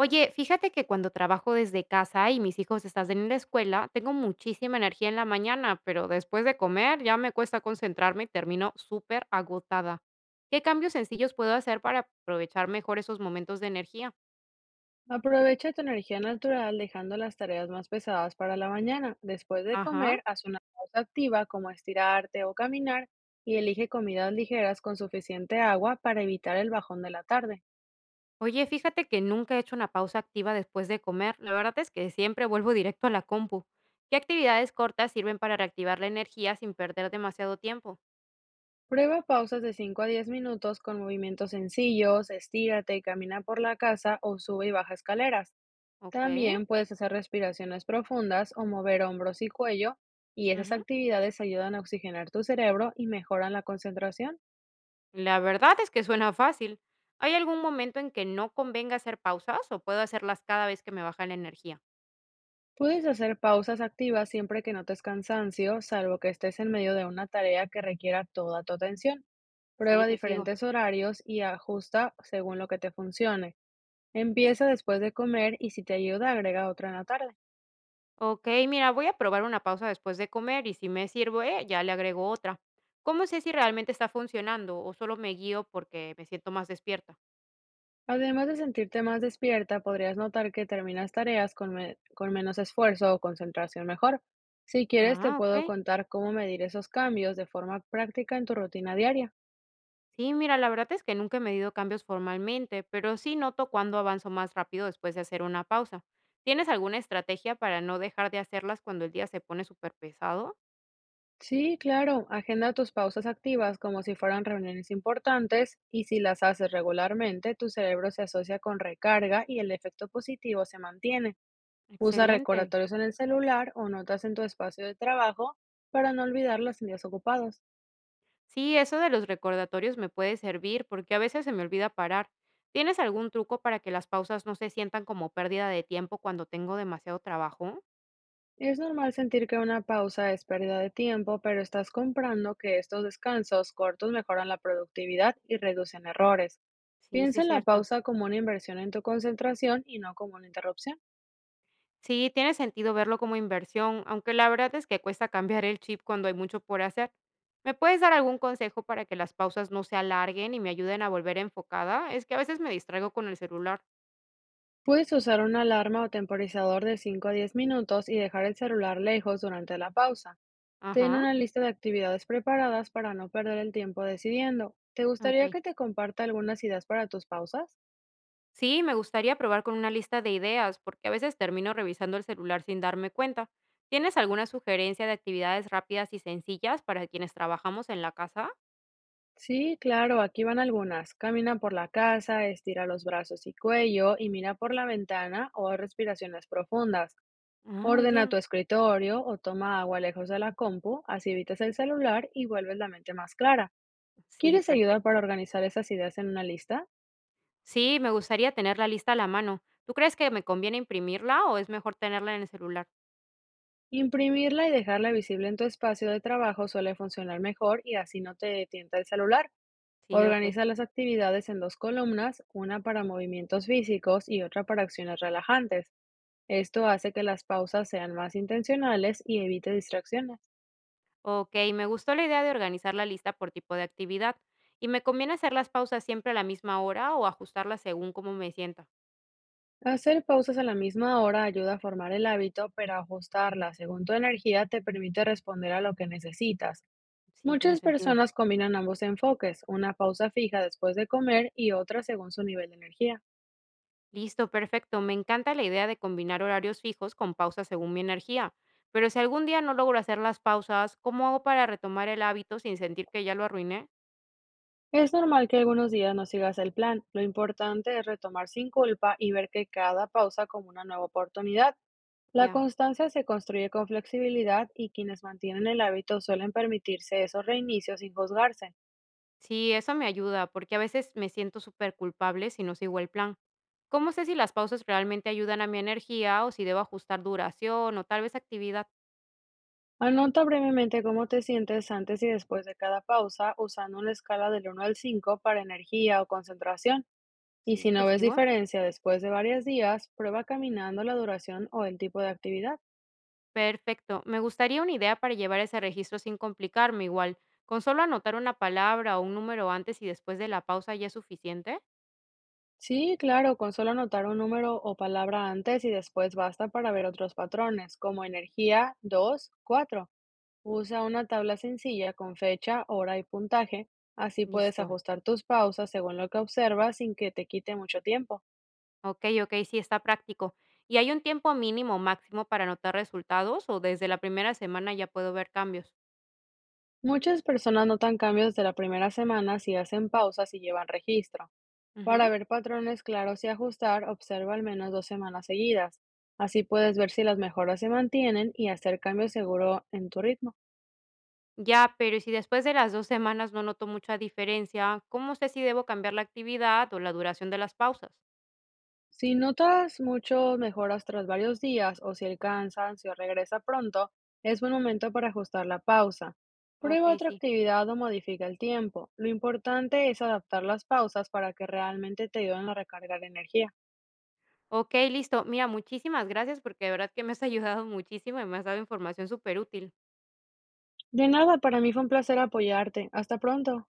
Oye, fíjate que cuando trabajo desde casa y mis hijos están en la escuela, tengo muchísima energía en la mañana, pero después de comer ya me cuesta concentrarme y termino súper agotada. ¿Qué cambios sencillos puedo hacer para aprovechar mejor esos momentos de energía? Aprovecha tu energía natural dejando las tareas más pesadas para la mañana. Después de Ajá. comer, haz una pausa activa como estirarte o caminar y elige comidas ligeras con suficiente agua para evitar el bajón de la tarde. Oye, fíjate que nunca he hecho una pausa activa después de comer. La verdad es que siempre vuelvo directo a la compu. ¿Qué actividades cortas sirven para reactivar la energía sin perder demasiado tiempo? Prueba pausas de 5 a 10 minutos con movimientos sencillos, estírate y camina por la casa o sube y baja escaleras. Ok. También puedes hacer respiraciones profundas o mover hombros y cuello, y esas Ujú. actividades ayudan a oxigenar tu cerebro y mejoran la concentración. La verdad es que suena fácil. ¿Hay algún momento en que no convenga hacer pausas o puedo hacerlas cada vez que me baja la energía? Puedes hacer pausas activas siempre que notes cansancio, salvo que estés en medio de una tarea que requiera toda tu atención. Sí, Prueba te sigo. diferentes horarios y ajusta según lo que te funcione. Empieza después de comer y si te ayuda, agrega otra en la tarde. Ok, mira, voy a probar una pausa después de comer y si me sirve, ya le agrego otra. ¿Cómo sé si realmente está funcionando o solo me guío porque me siento más despierta? Además de sentirte más despierta, podrías notar que terminas tareas con, con menos esfuerzo o concentración mejor. Si quieres, te Ah, puedo ok. contar cómo medir esos cambios de forma práctica en tu rutina diaria. Sí, mira, la verdad es que nunca he medido cambios formalmente, pero sí noto cuando avanzo más rápido después de hacer una pausa. ¿Tienes alguna estrategia para no dejar de hacerlas cuando el día se pone súper pesado? Sí, claro, agenda tus pausas activas como si fueran reuniones importantes y si las haces regularmente, tu cerebro se asocia con recarga y el efecto positivo se mantiene. Usa Excelente. recordatorios en el celular o notas en tu espacio de trabajo para no olvidar los días ocupados. Sí, eso de los recordatorios me puede servir porque a veces se me olvida parar. ¿Tienes algún truco para que las pausas no se sientan como pérdida de tiempo cuando tengo demasiado trabajo? Es normal sentir que una pausa es pérdida de tiempo, pero estás comprando que estos descansos cortos mejoran la productividad y reducen errores. Sí, sí Piensa es en la cierto. pausa como una inversión en tu concentración y no como una interrupción. Sí, tiene sentido verlo como inversión, aunque la verdad es que cuesta cambiar el chip cuando hay mucho por hacer. ¿Me puedes dar algún consejo para que las pausas no se alarguen y me ayuden a volver enfocada? Es que a veces me distraigo con el celular. Puedes usar una alarma o temporizador de 5 a 10 minutos y dejar el celular lejos durante la pausa. Ten Ajá, una lista de actividades preparadas para no perder el tiempo decidiendo. ¿Te ok. gustaría que te comparta algunas ideas para tus pausas? Sí, me gustaría probar con una lista de ideas, porque a veces termino revisando el celular sin darme cuenta. ¿Tienes alguna sugerencia de actividades rápidas y sencillas para quienes trabajamos en la casa? Sí, claro, aquí van algunas. Camina por la casa, estira los brazos y cuello y mira por la ventana o haz respiraciones profundas. Ah, muy Ordena tu bien. escritorio o toma agua lejos de la compu, así evitas el celular y vuelves la mente más clara. Sí, ¿Quieres ayuda para perfecto. organizar esas ideas en una lista? Sí, me gustaría tener la lista a la mano. ¿Tú crees que me conviene imprimirla o es mejor tenerla en el celular? Imprimirla y dejarla visible en tu espacio de trabajo suele funcionar mejor y así no te tienta el celular. Sí, ok. Organiza las actividades en dos columnas, una para movimientos físicos y otra para acciones relajantes. Esto hace que las pausas sean más intencionales y evite distracciones. Ok, me gustó la idea de organizar la lista por tipo de actividad. ¿Y me conviene hacer las pausas siempre a la misma hora o ajustarlas según cómo me sienta? Hacer pausas a la misma hora ayuda a formar el hábito, pero ajustarla según tu energía te permite responder a lo que necesitas. Sí, tiene Muchas sentido. personas combinan ambos enfoques, una pausa fija después de comer y otra según su nivel de energía. Listo, perfecto. Me encanta la idea de combinar horarios fijos con pausas según mi energía. Pero si algún día no logro hacer las pausas, ¿cómo hago para retomar el hábito sin sentir que ya lo arruiné? Es normal que algunos días no sigas el plan. Lo importante es retomar sin culpa y ver que cada pausa como una nueva oportunidad. La Ya. constancia se construye con flexibilidad y quienes mantienen el hábito suelen permitirse esos reinicios sin juzgarse. Sí, eso me ayuda, porque a veces me siento súper culpable si no sigo el plan. ¿Cómo sé si las pausas realmente ayudan a mi energía o si debo ajustar duración o tal vez actividad? Anota brevemente cómo te sientes antes y después de cada pausa usando una escala del 1 al 5 para energía o concentración. Y Sí, si no te ves sigo. diferencia después de varios días, prueba caminando la duración o el tipo de actividad. Perfecto. Me gustaría una idea para llevar ese registro sin complicarme igual. ¿Con solo anotar una palabra o un número antes y después de la pausa ya es suficiente? Sí, claro, con solo anotar un número o palabra antes y después basta para ver otros patrones, como energía 2 4. Usa una tabla sencilla con fecha, hora y puntaje. Así puedes Listo. ajustar tus pausas según lo que observas sin que te quite mucho tiempo. Okey, okey, sí, está práctico. ¿Y hay un tiempo mínimo o máximo para notar resultados, o desde la 1ª semana ya puedo ver cambios? Muchas personas notan cambios de la primera semana si hacen pausas y llevan registro. Para Ujú. ver patrones claros y ajustar, observa al menos 2 semanas seguidas. Así puedes ver si las mejoras se mantienen y hacer cambios seguro en tu ritmo. Ya, pero ¿y si después de las 2 semanas no noto mucha diferencia? ¿Cómo sé si debo cambiar la actividad o la duración de las pausas? Si notas mucho mejoras tras varios días o si el cansancio regresa pronto, es buen momento para ajustar la pausa. Prueba Okey, otra sí. actividad o modifica el tiempo. Lo importante es adaptar las pausas para que realmente te ayuden a recargar energía. Okey, listo. Mira, muchísimas gracias porque de verdad que me has ayudado muchísimo y me has dado información superútil. De nada, para mí fue un placer apoyarte. Hasta pronto.